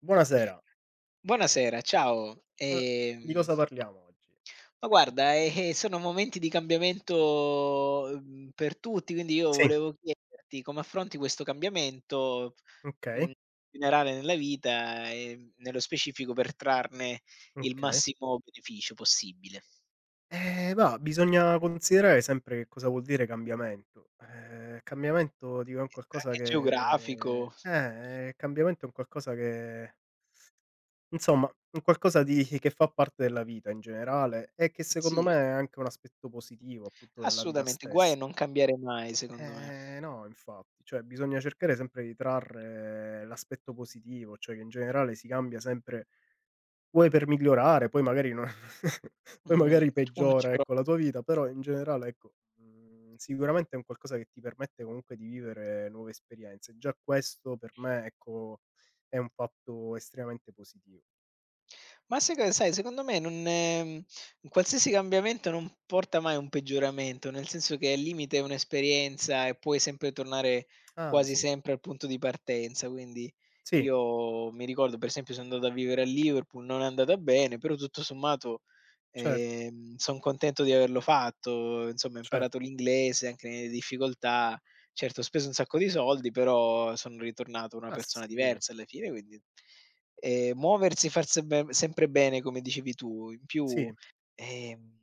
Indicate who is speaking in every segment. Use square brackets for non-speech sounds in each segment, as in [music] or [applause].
Speaker 1: Buonasera,
Speaker 2: Buonasera, ciao.
Speaker 1: uhm, di cosa parliamo oggi?
Speaker 2: Ma guarda, sono momenti di cambiamento, per tutti, quindi io
Speaker 1: Sì,
Speaker 2: volevo chiederti come affronti questo cambiamento,
Speaker 1: okay,
Speaker 2: in generale nella vita e nello specifico per trarne il
Speaker 1: okay.
Speaker 2: massimo beneficio possibile.
Speaker 1: Mah, bisogna considerare sempre che cosa vuol dire cambiamento. Cambiamento dico è un qualcosa
Speaker 2: Anche
Speaker 1: che
Speaker 2: geografico.
Speaker 1: cambiamento è un qualcosa che insomma, un qualcosa di che fa parte della vita in generale e che secondo me
Speaker 2: Sì,
Speaker 1: è anche un aspetto positivo appunto della vita
Speaker 2: assolutamente, guai a
Speaker 1: stessa.
Speaker 2: non cambiare mai secondo me.
Speaker 1: No infatti, cioè bisogna cercare sempre di trarre l'aspetto positivo, cioè che in generale si cambia sempre. Vuoi per migliorare, poi magari non [laughs] poi
Speaker 2: Mh,
Speaker 1: magari
Speaker 2: uno ci
Speaker 1: peggiora, ecco, la tua vita, però in generale, ecco, sicuramente è un qualcosa che ti permette comunque di vivere nuove esperienze. Già questo per me, ecco, è un fatto estremamente positivo.
Speaker 2: Ma secon sai, secondo me non, qualsiasi cambiamento non porta mai a un peggioramento, nel senso che al limite è un'esperienza e puoi sempre tornare
Speaker 1: Ah
Speaker 2: quasi
Speaker 1: sì,
Speaker 2: sempre al punto di partenza. Quindi
Speaker 1: sì,
Speaker 2: io mi ricordo, per esempio, sono andato a vivere a Liverpool, non è andata bene, però tutto sommato
Speaker 1: certo,
Speaker 2: Son contento di averlo fatto, insomma ho
Speaker 1: cer
Speaker 2: imparato l'inglese anche nelle difficoltà. Certo ho speso un sacco di soldi, però sono ritornato una
Speaker 1: ma
Speaker 2: persona
Speaker 1: sì,
Speaker 2: diversa alla fine, quindi muoversi, far sembe sempre bene come dicevi tu, in più,
Speaker 1: sì,
Speaker 2: ehm,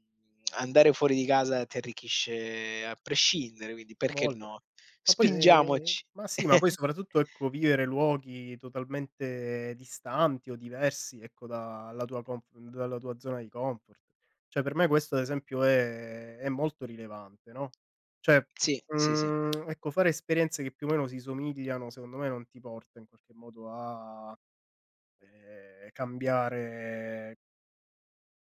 Speaker 2: andare fuori di casa ti arricchisce a prescindere, quindi
Speaker 1: a
Speaker 2: perché
Speaker 1: voglia.
Speaker 2: no?
Speaker 1: Ma poi
Speaker 2: Spingiamoci.
Speaker 1: ma sì, ma poi
Speaker 2: [laughs]
Speaker 1: soprattutto, ecco, vivere luoghi totalmente distanti o diversi, ecco, dalla tua conf dalla tua zona di comfort. Cioè, per me questo ad esempio è molto rilevante, no, cioè,
Speaker 2: Sì, sì, sì.
Speaker 1: ecco, fare esperienze che più o meno si somigliano, secondo me, non ti porta in qualche modo a, cambiare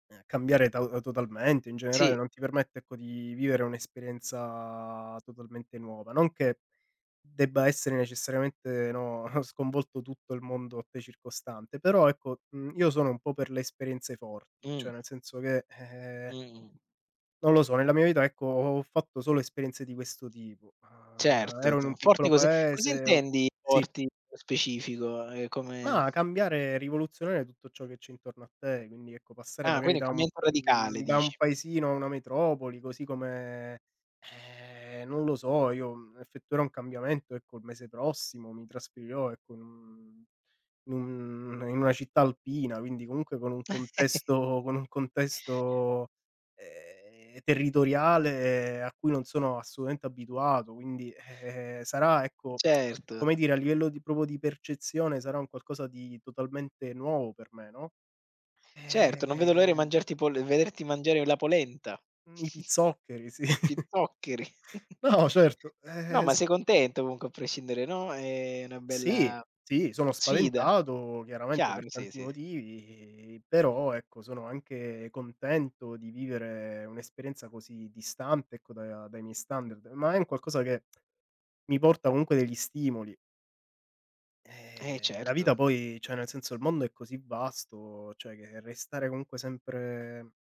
Speaker 1: cambiare to totalmente. In generale
Speaker 2: Sì,
Speaker 1: non ti permette, ecco, di vivere un'esperienza totalmente nuova. Non che debba essere necessariamente, no, [laughs] sconvolto tutto il mondo a te circostante. Però ecco, io sono un po' per le esperienze forti, cioè
Speaker 2: mh,
Speaker 1: nel senso che,
Speaker 2: mh-mh.
Speaker 1: non lo so, nella mia vita ecco ho fatto solo esperienze di questo tipo.
Speaker 2: Certo,
Speaker 1: Ero in
Speaker 2: z
Speaker 1: un
Speaker 2: forti,
Speaker 1: piccolo
Speaker 2: cos'è cosa
Speaker 1: paese, ho.
Speaker 2: intendi
Speaker 1: Sì.
Speaker 2: forti nello specifico? Come
Speaker 1: Ma cambiare, rivoluzionare tutto ciò che c'è intorno a te, quindi ecco passare
Speaker 2: Ah, quindi
Speaker 1: magari
Speaker 2: un
Speaker 1: da un
Speaker 2: cambiamento radicale
Speaker 1: mhmm, da un
Speaker 2: dici.
Speaker 1: paesino a una metropoli, così come non lo so, io, effettuerò un cambiamento, ecco, il mese prossimo mi trasferirò, ecco, in una città alpina, quindi comunque con un
Speaker 2: [laughs]
Speaker 1: contesto, territoriale a cui non sono assolutamente abituato, quindi, sarà ecco
Speaker 2: Certo,
Speaker 1: come dire, a livello di proprio di percezione sarà un qualcosa di totalmente nuovo per me, no,
Speaker 2: certo, non vedo l'ora di
Speaker 1: ehm,
Speaker 2: mangiarti pol vederti mangiare la polenta,
Speaker 1: mhmm, i
Speaker 2: [laughs]
Speaker 1: pizzoccheri, sì.
Speaker 2: gli
Speaker 1: [laughs]
Speaker 2: zoccheri.
Speaker 1: No, certo,
Speaker 2: No, ma sei
Speaker 1: sì.
Speaker 2: contento comunque a prescindere, no, è una
Speaker 1: Sì,
Speaker 2: bella
Speaker 1: sì, sono
Speaker 2: sfida.
Speaker 1: spaventato chiaramente per
Speaker 2: Chiaro, sì,
Speaker 1: tanti
Speaker 2: sì.
Speaker 1: motivi, però ecco, sono anche contento di vivere un'esperienza così distante, ecco, da dai miei standard, ma è un qualcosa che mi porta comunque degli stimoli.
Speaker 2: Eh
Speaker 1: La
Speaker 2: certo.
Speaker 1: vita poi cioè nel senso il mondo è così vasto, cioè che restare comunque sempre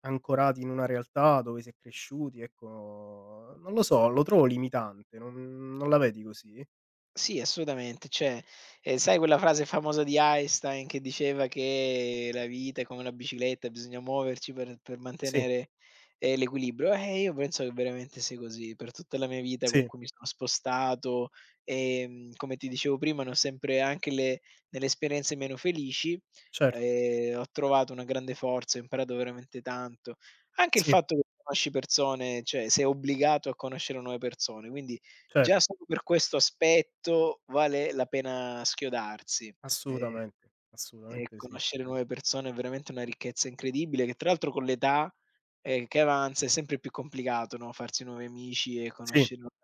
Speaker 1: ancorati in una realtà dove si è cresciuti, ecco, non lo so, lo trovo limitante, non la vedi così?
Speaker 2: Sì, assolutamente. Cioè, sai quella frase famosa di Einstein che diceva che la vita è come una bicicletta, bisogna muoverci per
Speaker 1: Sì,
Speaker 2: mantenere, l'equilibrio? Io penso che veramente sia così. Per tutta la mia vita
Speaker 1: sì,
Speaker 2: comunque mi sono spostato, come ti dicevo prima, ne ho sempre anche le nelle esperienze meno felici,
Speaker 1: certo,
Speaker 2: ho trovato una grande forza, ho imparato veramente tanto. Anche il
Speaker 1: sì,
Speaker 2: fatto che conosci persone, cioè sei obbligato a conoscere nuove persone, quindi già
Speaker 1: certo,
Speaker 2: solo per questo aspetto vale la pena schiodarsi, ehm,
Speaker 1: assolutamente,
Speaker 2: e
Speaker 1: assolutamente sì.
Speaker 2: conoscere nuove persone è veramente una ricchezza incredibile che, tra l'altro, con l'età, che avanza è sempre più complicato, no, farsi nuovi amici e
Speaker 1: Sì,
Speaker 2: conoscere nuove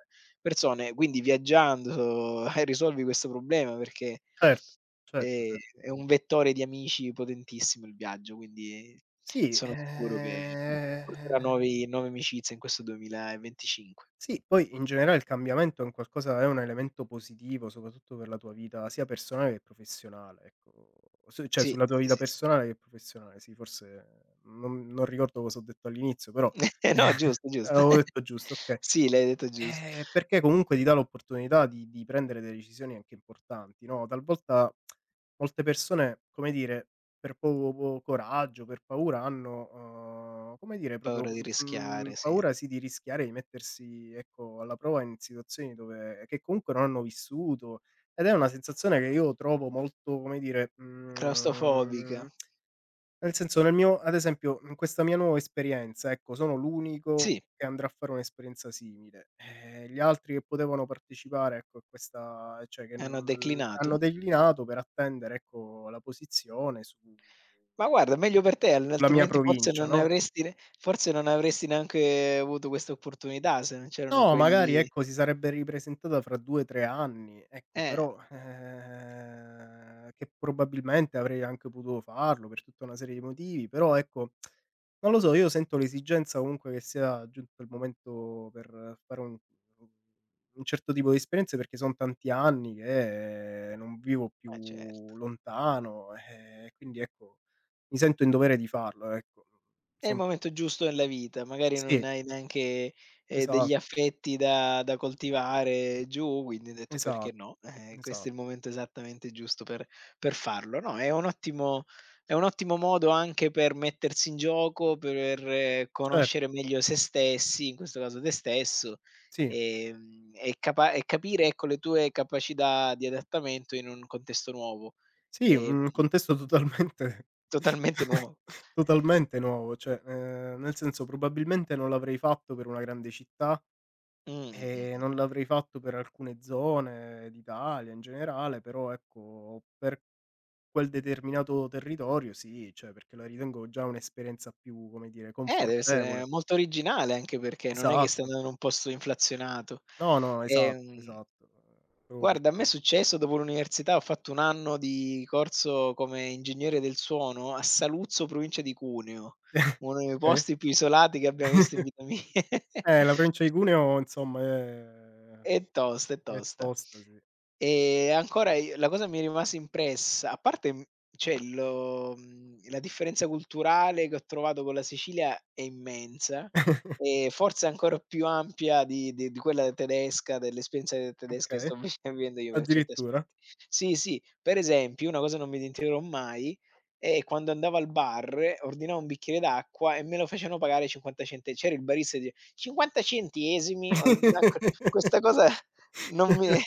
Speaker 2: persone. Quindi viaggiando risolvi questo problema perché,
Speaker 1: certo, certo,
Speaker 2: ehm,
Speaker 1: cer
Speaker 2: è un vettore di amici potentissimo il viaggio, quindi
Speaker 1: sì,
Speaker 2: sono sicuro che ti porterà nuovi nuove amicizie in questo 2025.
Speaker 1: Sì, poi in generale il cambiamento è un qualcosa è un elemento positivo, soprattutto per la tua vita sia personale che professionale, ecco. Su Cioè
Speaker 2: Sì,
Speaker 1: sulla tua
Speaker 2: sì,
Speaker 1: vita
Speaker 2: sì, sì.
Speaker 1: personale che professionale, sì, forse non ricordo cosa ho detto all'inizio, però
Speaker 2: [laughs] No,
Speaker 1: [laughs]
Speaker 2: giusto, giusto.
Speaker 1: avevo
Speaker 2: [laughs]
Speaker 1: detto giusto, okay.
Speaker 2: Sì, l'hai detto giust
Speaker 1: Perché comunque ti dà l'opportunità di prendere delle decisioni anche importanti, no, talvolta molte persone, come dire, per poco coraggio, per paura hanno, come dire, proprio
Speaker 2: Paura di rischiare, sì.
Speaker 1: paura sì di rischiare di mettersi, ecco, alla prova in situazioni dove che comunque non hanno vissuto, ed è una sensazione che io trovo molto, come dire,
Speaker 2: Claustrofobica.
Speaker 1: mhmm nel senso, nel mio ad esempio, in questa mia nuova esperienza, ecco, sono l'unico
Speaker 2: Sì,
Speaker 1: che andrà a fare un'esperienza simile. Gli altri che potevano partecipare, ecco, a questa cioè che
Speaker 2: hanno
Speaker 1: non hanno
Speaker 2: declinato?
Speaker 1: declinato per attendere, ecco, la posizione su
Speaker 2: Ma guarda, meglio per te, al
Speaker 1: sulla mia
Speaker 2: altrimenti
Speaker 1: provincia, no?
Speaker 2: forse non avresti neanche avuto questa opportunità se non c'erano
Speaker 1: No, magari
Speaker 2: quelli
Speaker 1: ecco si sarebbe ripresentata fra 2, 3 anni, ecco
Speaker 2: eh,
Speaker 1: però, che probabilmente avrei anche potuto farlo per tutta una serie di motivi, però ecco, non lo so, io sento l'esigenza comunque che sia giunto il momento per fare un un certo tipo di esperienze, perché son tanti anni che non vivo
Speaker 2: ma cer
Speaker 1: più lontano, quindi ecco, mi sento in dovere di farlo, ecco.
Speaker 2: È il
Speaker 1: Son
Speaker 2: momento giusto della vita, magari non
Speaker 1: Sì,
Speaker 2: hai neanche, degli
Speaker 1: esatto,
Speaker 2: affetti da coltivare giù, quindi ho detto: "Perché
Speaker 1: esatto,
Speaker 2: no?" Questo è
Speaker 1: esatto,
Speaker 2: il momento esattamente giusto per farlo. No, è un ottimo modo anche per mettersi in gioco, per
Speaker 1: cer
Speaker 2: conoscere meglio se stessi, in questo caso te stesso,
Speaker 1: Sì,
Speaker 2: e capire, ecco, le tue capacità di adattamento in un contesto nuovo,
Speaker 1: sì,
Speaker 2: ehm,
Speaker 1: un contesto totalmente
Speaker 2: totalmente
Speaker 1: [laughs]
Speaker 2: nuovo.
Speaker 1: totalmente nuovo, cioè, nel senso probabilmente non l'avrei fatto per una grande città
Speaker 2: Mh, mh, mh,
Speaker 1: e
Speaker 2: mh.
Speaker 1: non l'avrei fatto per alcune zone d'Italia in generale, però ecco, per quel determinato territorio sì, cioè perché la ritengo già un'esperienza più, come dire,
Speaker 2: Deve
Speaker 1: confortevole.
Speaker 2: essere molto originale, anche perché non è che stai
Speaker 1: Esatto.
Speaker 2: andando in un posto inflazionato.
Speaker 1: No, no, esatto,
Speaker 2: Ehm,
Speaker 1: esatto, proprio per
Speaker 2: guarda, a me è
Speaker 1: quello.
Speaker 2: successo dopo l'università, ho fatto un anno di corso come ingegnere del suono a Saluzzo, provincia di Cuneo,
Speaker 1: [laughs]
Speaker 2: uno dei
Speaker 1: Okay.
Speaker 2: posti più isolati che abbia visto in vita mia.
Speaker 1: La
Speaker 2: [laughs]
Speaker 1: provincia di Cuneo insomma è
Speaker 2: È tosta, è
Speaker 1: è
Speaker 2: tosta.
Speaker 1: tosta, sì.
Speaker 2: E ancora i la cosa mi è rimasta impressa, a parte, mhmm, cioè lo mhmm, la differenza culturale che ho trovato con la Sicilia è immensa
Speaker 1: [laughs]
Speaker 2: e forse ancora più ampia di quella tedesca, dell'esperienza de tedesca che
Speaker 1: Okay,
Speaker 2: sto [laughs] vi vivendo io per certi
Speaker 1: addirittura.
Speaker 2: aspetti. Sì, sì, per esempio una cosa non mi dimenticherò mai è quando andavo al bar, ordinavo un bicchiere d'acqua e me lo facevano pagare 50 cente c'era il barista e dice: "50 centesimi",
Speaker 1: [laughs]
Speaker 2: questa cosa non mi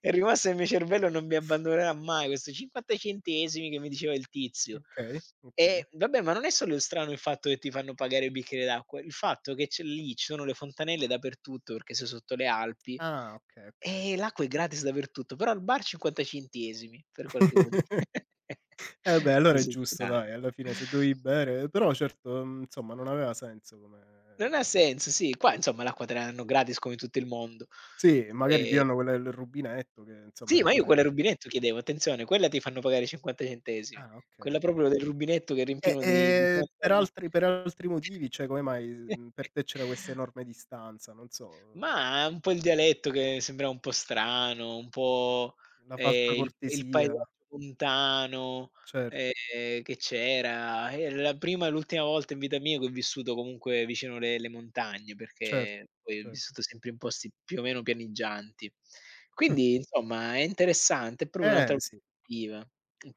Speaker 2: è rimasto nel mio cervello, non mi abbandonerà mai questo 50 centesimi che mi diceva il tizio.
Speaker 1: Okay, okay.
Speaker 2: E vabbè, ma non è solo il strano il fatto che ti fanno pagare il bicchiere d'acqua, il fatto che c'è lì ci sono le fontanelle dappertutto perché sei sotto le Alpi
Speaker 1: Ah, okay, okay.
Speaker 2: e l'acqua è gratis dappertutto, però al bar 50 centesimi per qualche motivo.
Speaker 1: [laughs] Eh beh,
Speaker 2: [laughs]
Speaker 1: allora è
Speaker 2: Cose
Speaker 1: giusto
Speaker 2: strane.
Speaker 1: dai, alla fine se dovevi bere però certo, insomma non aveva senso
Speaker 2: Non ha
Speaker 1: come
Speaker 2: senso, sì, qua insomma l'acqua te la danno gratis come in tutto il mondo.
Speaker 1: sì, magari ti
Speaker 2: E
Speaker 1: danno quella del rubinetto che insomma
Speaker 2: Sì,
Speaker 1: è
Speaker 2: ma io
Speaker 1: pure
Speaker 2: quella al rubinetto chiedevo, attenzione, quella ti fanno pagare 50 centesimi.
Speaker 1: ah,
Speaker 2: Quella
Speaker 1: okay.
Speaker 2: proprio del rubinetto che
Speaker 1: E,
Speaker 2: riempivano di
Speaker 1: per altri motivi, cioè come mai,
Speaker 2: [unintelligible] [laughs]
Speaker 1: per te c'era questa enorme distanza, non so,
Speaker 2: Mah, un po' il dialetto che sembrava un po' strano, un po',
Speaker 1: la falsa
Speaker 2: il
Speaker 1: cortesia.
Speaker 2: paesaggio montano,
Speaker 1: Certo,
Speaker 2: che c'era. E la prima e l'ultima volta in vita mia che ho vissuto comunque vicino le montagne,
Speaker 1: certo,
Speaker 2: perché poi ho
Speaker 1: cer
Speaker 2: vissuto sempre in posti più o meno pianeggianti. Quindi insomma è interessante, è proprio un'altra
Speaker 1: eh sì.
Speaker 2: prospettiva.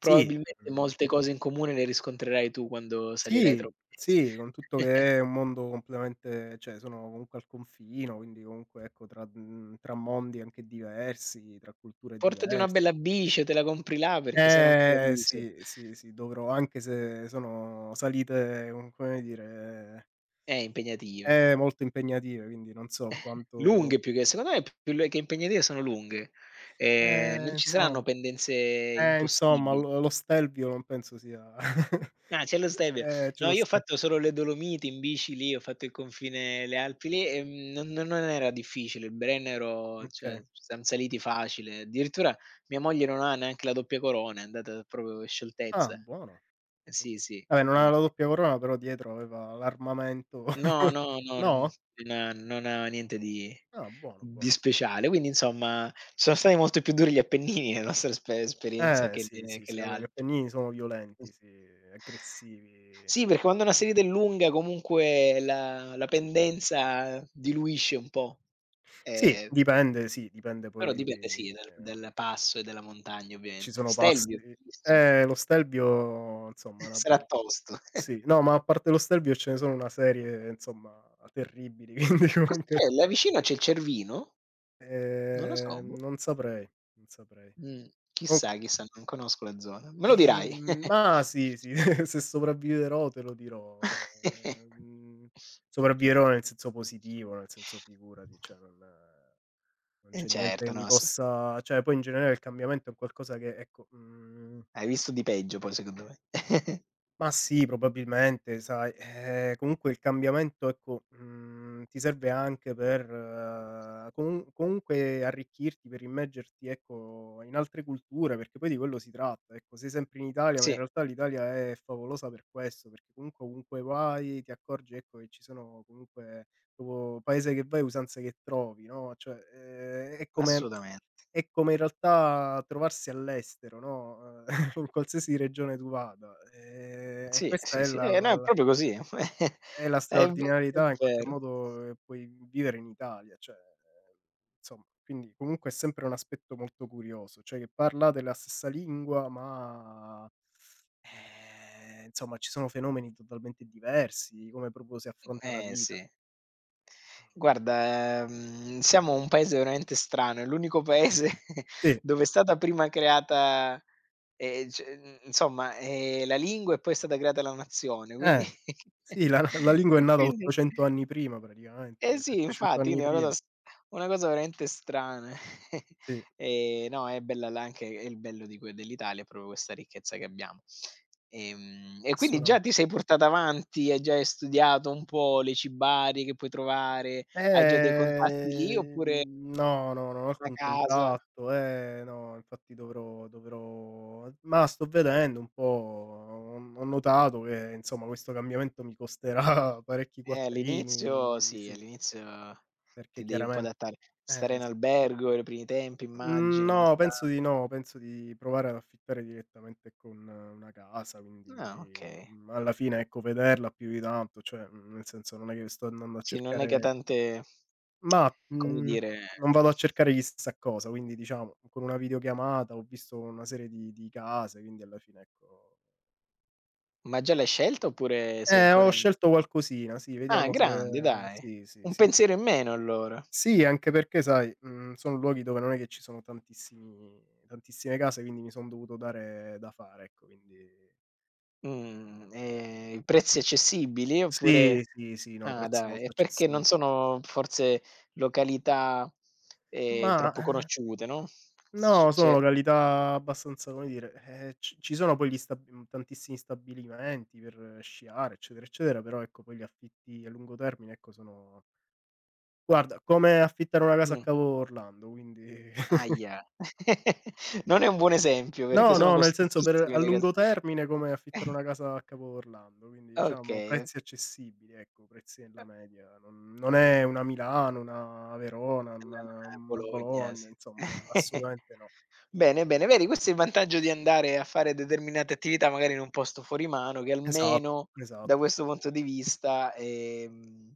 Speaker 1: Sì, mhmm,
Speaker 2: molte cose in comune le riscontrerai tu quando salirai tra
Speaker 1: sì,
Speaker 2: un
Speaker 1: sì, con tutto
Speaker 2: mese.
Speaker 1: che è un mondo completamente cioè sono comunque al confino, quindi comunque ecco tra mondi anche diversi, tra culture
Speaker 2: Portati una
Speaker 1: diverse.
Speaker 2: bella bice, te la compri là perché sarà un
Speaker 1: Eh
Speaker 2: paradiso.
Speaker 1: sì, sì, sì, dovrò anche se sono salite, un come dire,
Speaker 2: Impegnative.
Speaker 1: molto impegnative, quindi non so quanto
Speaker 2: Lunghe, più che secondo me più le che impegnative sono lunghe. Non
Speaker 1: eh
Speaker 2: ci saranno
Speaker 1: insom
Speaker 2: pendenze
Speaker 1: insomma
Speaker 2: impossibili.
Speaker 1: lo Stelvio non penso sia [laughs]
Speaker 2: Ah, c'è lo Stelvio.
Speaker 1: c'è
Speaker 2: No,
Speaker 1: lo
Speaker 2: io ho
Speaker 1: stel
Speaker 2: fatto solo le Dolomiti in bici lì, ho fatto il confine, le Alpi lì e, non era difficile, il Brennero cioè,
Speaker 1: Okay.
Speaker 2: siam saliti facile. Addirittura mia moglie non ha neanche la doppia corona, è andata proprio per
Speaker 1: Ah,
Speaker 2: scioltezza.
Speaker 1: buono.
Speaker 2: Eh
Speaker 1: Ok.
Speaker 2: sì, sì,
Speaker 1: Vabbè, non aveva la doppia corona, però dietro aveva l'armamento
Speaker 2: no,
Speaker 1: [laughs]
Speaker 2: no, no,
Speaker 1: no?
Speaker 2: non ha niente
Speaker 1: Ah, buono,
Speaker 2: di
Speaker 1: buono.
Speaker 2: speciale. Quindi insomma, sono stati molto più duri gli Appennini nella nostra esperienza
Speaker 1: Sì, sì,
Speaker 2: che
Speaker 1: sì,
Speaker 2: le
Speaker 1: vabbè, gli
Speaker 2: Alpi.
Speaker 1: Appennini sono
Speaker 2: Mh.
Speaker 1: violenti, sì, aggressivi.
Speaker 2: Sì, perché quando una salita è lunga comunque la pendenza diluisce un po'. Ehm,
Speaker 1: Sì, dipende
Speaker 2: però
Speaker 1: poi,
Speaker 2: dipende sì
Speaker 1: ehm,
Speaker 2: dal passo e dalla montagna
Speaker 1: ci
Speaker 2: ovviamente.
Speaker 1: sono
Speaker 2: Stelvio
Speaker 1: pasti
Speaker 2: bellissimo,
Speaker 1: lo Stelvio insomma è
Speaker 2: [laughs]
Speaker 1: una b
Speaker 2: sarà tosto.
Speaker 1: sì, no, ma a parte lo Stelvio ce ne sono una serie, insomma, terribili, [laughs] quindi
Speaker 2: Cosa c'è?
Speaker 1: comunque,
Speaker 2: Là vicino c'è il Cervino? Non lo so, boh.
Speaker 1: non saprei, non saprei.
Speaker 2: Mh,
Speaker 1: Com
Speaker 2: chissà, chissà, non conosco la zona. Me lo dirai.
Speaker 1: Mah, sì, sì, [laughs] se sopravviverò te lo dirò. Ehm,
Speaker 2: [laughs]
Speaker 1: sopravviverò nel senso positivo, nel senso figurati, cioè non non
Speaker 2: Eh
Speaker 1: c'è niente
Speaker 2: certo,
Speaker 1: che mi
Speaker 2: no, s
Speaker 1: possa cioè poi in generale il cambiamento è un qualcosa che ecco, mhmm
Speaker 2: hai visto di peggio poi secondo me. [laughs]
Speaker 1: ma sì, probabilmente sai, comunque il cambiamento ecco, ti serve anche per comunque arricchirti, per immergerti ecco, in altre culture, perché poi di quello si tratta, ecco. Sei sempre in Italia, ma in
Speaker 2: Sì,
Speaker 1: realtà l'Italia è favolosa per questo, perché comunque ovunque vai ti accorgi ecco, che ci sono comunque proprio paese che vai, usanze che trovi, no, cioè,
Speaker 2: assolutamen
Speaker 1: è come in realtà trovarsi all'estero, no, in [laughs] qualsiasi regione tu vada. E
Speaker 2: Sì,
Speaker 1: questa
Speaker 2: sì,
Speaker 1: è
Speaker 2: sì,
Speaker 1: la
Speaker 2: eh
Speaker 1: la
Speaker 2: no, è
Speaker 1: la
Speaker 2: proprio così. [laughs]
Speaker 1: è la
Speaker 2: È ve è
Speaker 1: straordinarietà in qualche
Speaker 2: vero.
Speaker 1: modo che puoi vivere in Italia, cioè, insomma, quindi comunque è sempre un aspetto molto curioso, cioè che parlate la stessa lingua ma, insomma ci sono fenomeni totalmente diversi, come proprio si affronta la
Speaker 2: Eh sì.
Speaker 1: vita. Mh.
Speaker 2: Guarda, siamo un paese veramente strano, è l'unico paese [laughs]
Speaker 1: Sì,
Speaker 2: dove è stata prima creata, la lingua e poi è stata creata la nazione, quindi
Speaker 1: eh,
Speaker 2: [laughs]
Speaker 1: sì la lingua è
Speaker 2: e
Speaker 1: nata
Speaker 2: quindi
Speaker 1: 800 anni prima
Speaker 2: eh
Speaker 1: praticamente,
Speaker 2: sì,
Speaker 1: 700
Speaker 2: infatti,
Speaker 1: anni
Speaker 2: quindi è una cosa
Speaker 1: prima.
Speaker 2: s una cosa veramente strana. [laughs]
Speaker 1: Sì,
Speaker 2: No, è bella là, anche è il bello di que dell'Italia, è proprio questa ricchezza che abbiamo. E quindi già
Speaker 1: assolutamen
Speaker 2: ti sei portata avanti, hai studiato un po' le cibarie che puoi trovare, hai già dei contatti lì
Speaker 1: ehm,
Speaker 2: oppure
Speaker 1: no, no, non ho
Speaker 2: una
Speaker 1: alcun
Speaker 2: casa?
Speaker 1: contatto, no, infatti dovrò ma sto vedendo un po', ho notato che insomma questo cambiamento mi costerà [laughs] parecchi
Speaker 2: All'inizio
Speaker 1: quattrini,
Speaker 2: sì,
Speaker 1: sì,
Speaker 2: all'inizio
Speaker 1: perché
Speaker 2: ti devi un po'
Speaker 1: chiaramente
Speaker 2: adattare. Stare in
Speaker 1: sì.
Speaker 2: albergo i primi tempi immagino, una
Speaker 1: No, penso
Speaker 2: stanza
Speaker 1: di no, penso di provare ad affittare direttamente con una casa,
Speaker 2: ah,
Speaker 1: quindi,
Speaker 2: okay.
Speaker 1: alla fine, ecco, vederla più di tanto, cioè, nel senso non è che sto andando a
Speaker 2: Sì, non è che ha
Speaker 1: cercare
Speaker 2: tante,
Speaker 1: mah,
Speaker 2: come dire,
Speaker 1: non vado a cercare chissà cosa, quindi diciamo con una videochiamata ho visto una serie di case, quindi alla fine ecco
Speaker 2: ma già l'hai scelta oppure sei ancora
Speaker 1: ho
Speaker 2: in
Speaker 1: scelto qualcosina, sì,
Speaker 2: ah,
Speaker 1: vediamo
Speaker 2: grande
Speaker 1: se
Speaker 2: dai,
Speaker 1: sì, sì,
Speaker 2: un
Speaker 1: sì.
Speaker 2: pensiero in meno allora.
Speaker 1: Sì, anche perché sai, sono luoghi dove non è che ci sono tantissimi tantissime case, quindi mi son dovuto dare da fare, ecco, quindi
Speaker 2: Mhmm, e prezzi accessibili
Speaker 1: sì,
Speaker 2: oppure
Speaker 1: sì, sì, no,
Speaker 2: ah,
Speaker 1: prezzi
Speaker 2: dai,
Speaker 1: molto
Speaker 2: e perché
Speaker 1: accessi
Speaker 2: non sono forse località,
Speaker 1: ma,
Speaker 2: troppo conosciute, no, c
Speaker 1: no, sono
Speaker 2: cioè
Speaker 1: località abbastanza, come dire, c ci sono poi gli tantissimi stabilimenti per sciare, eccetera, eccetera, però ecco poi gli affitti a lungo termine, ecco, sono guarda, come affittare una casa a
Speaker 2: mh,
Speaker 1: Cavo Orlando, quindi [laughs]
Speaker 2: ahia. [laughs] Non è un buon esempio perché
Speaker 1: no,
Speaker 2: sono
Speaker 1: no, nel senso per
Speaker 2: costosissime
Speaker 1: a
Speaker 2: le case.
Speaker 1: lungo termine come affittare una
Speaker 2: [laughs]
Speaker 1: casa a Cavo Orlando, quindi diciamo
Speaker 2: Okay, okay.
Speaker 1: prezzi accessibili, ecco, prezzi nella media. Non non è una Milano, una Verona, una una
Speaker 2: Bologna, sì.
Speaker 1: Bologna, insomma, non
Speaker 2: [laughs]
Speaker 1: assolutamente no.
Speaker 2: Bene, bene, vedi questo è il vantaggio di andare a fare determinate attività magari in un posto fuori mano, che
Speaker 1: Esatto,
Speaker 2: almeno
Speaker 1: esatto,
Speaker 2: da
Speaker 1: s
Speaker 2: questo punto di vista, ehm,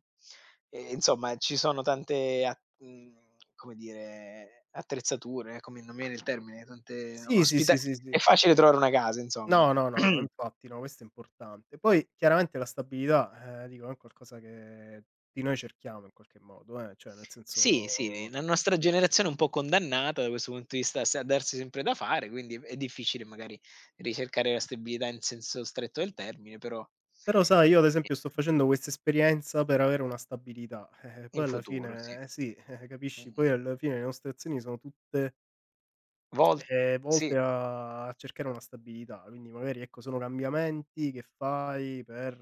Speaker 2: ehm, insomma ci sono come dire, attrezzature, ecco, mi non mi viene il termine, tante
Speaker 1: Sì, sì,
Speaker 2: ospita
Speaker 1: sì, sì, sì.
Speaker 2: è facile trovare una casa insomma.
Speaker 1: No, no, no, no,
Speaker 2: [clears throat]
Speaker 1: infatti no, questo è importante. Poi chiaramente la stabilità, dico, è un qualcosa che di noi cerchiamo in qualche modo, cioè nel
Speaker 2: Sì, sì,
Speaker 1: senso
Speaker 2: la nostra generazione è un po' condannata da questo punto di vista, se a darsi sempre da fare, quindi è difficile magari ricercare la stabilità in senso stretto del termine, però
Speaker 1: però sai io ad esempio sto
Speaker 2: ehm,
Speaker 1: facendo questa esperienza per avere una stabilità, [laughs]
Speaker 2: in
Speaker 1: poi alla
Speaker 2: futuro sì.
Speaker 1: fine eh sì, capisci,
Speaker 2: Mh-mh.
Speaker 1: poi alla fine le nostre azioni sono tutte,
Speaker 2: Vol sì,
Speaker 1: volte a cercare una stabilità, quindi magari ecco sono cambiamenti che fai per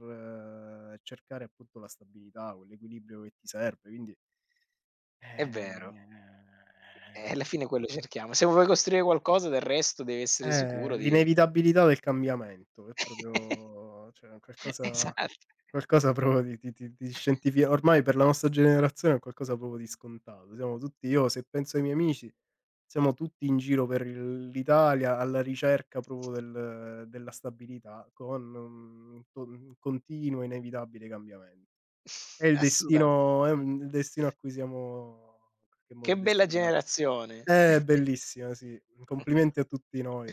Speaker 1: cercare appunto la stabilità, quell'equilibrio che ti serve, quindi
Speaker 2: è vero.
Speaker 1: eh,
Speaker 2: Alla fine quello cerchiamo. Se vuoi costruire qualcosa del resto devi essere sicuro di
Speaker 1: l'inevitabilità del cambiamento è
Speaker 2: [laughs]
Speaker 1: proprio cioè un qualcosa
Speaker 2: esatto.
Speaker 1: qualcosa proprio di
Speaker 2: [laughs]
Speaker 1: scientifi ormai per la nostra generazione è qualcosa proprio di scontato. Siamo tutti io se penso ai miei amici, siamo tutti in giro per il l'Italia alla ricerca proprio della stabilità con un continuo inevitabile cambiamento. È il
Speaker 2: Assolutamen
Speaker 1: destino è un il destino a cui siamo in qualche
Speaker 2: che
Speaker 1: modo
Speaker 2: bella
Speaker 1: destinati.
Speaker 2: generazione.
Speaker 1: Bellissima, sì. Complimenti a tutti
Speaker 2: [laughs]
Speaker 1: noi.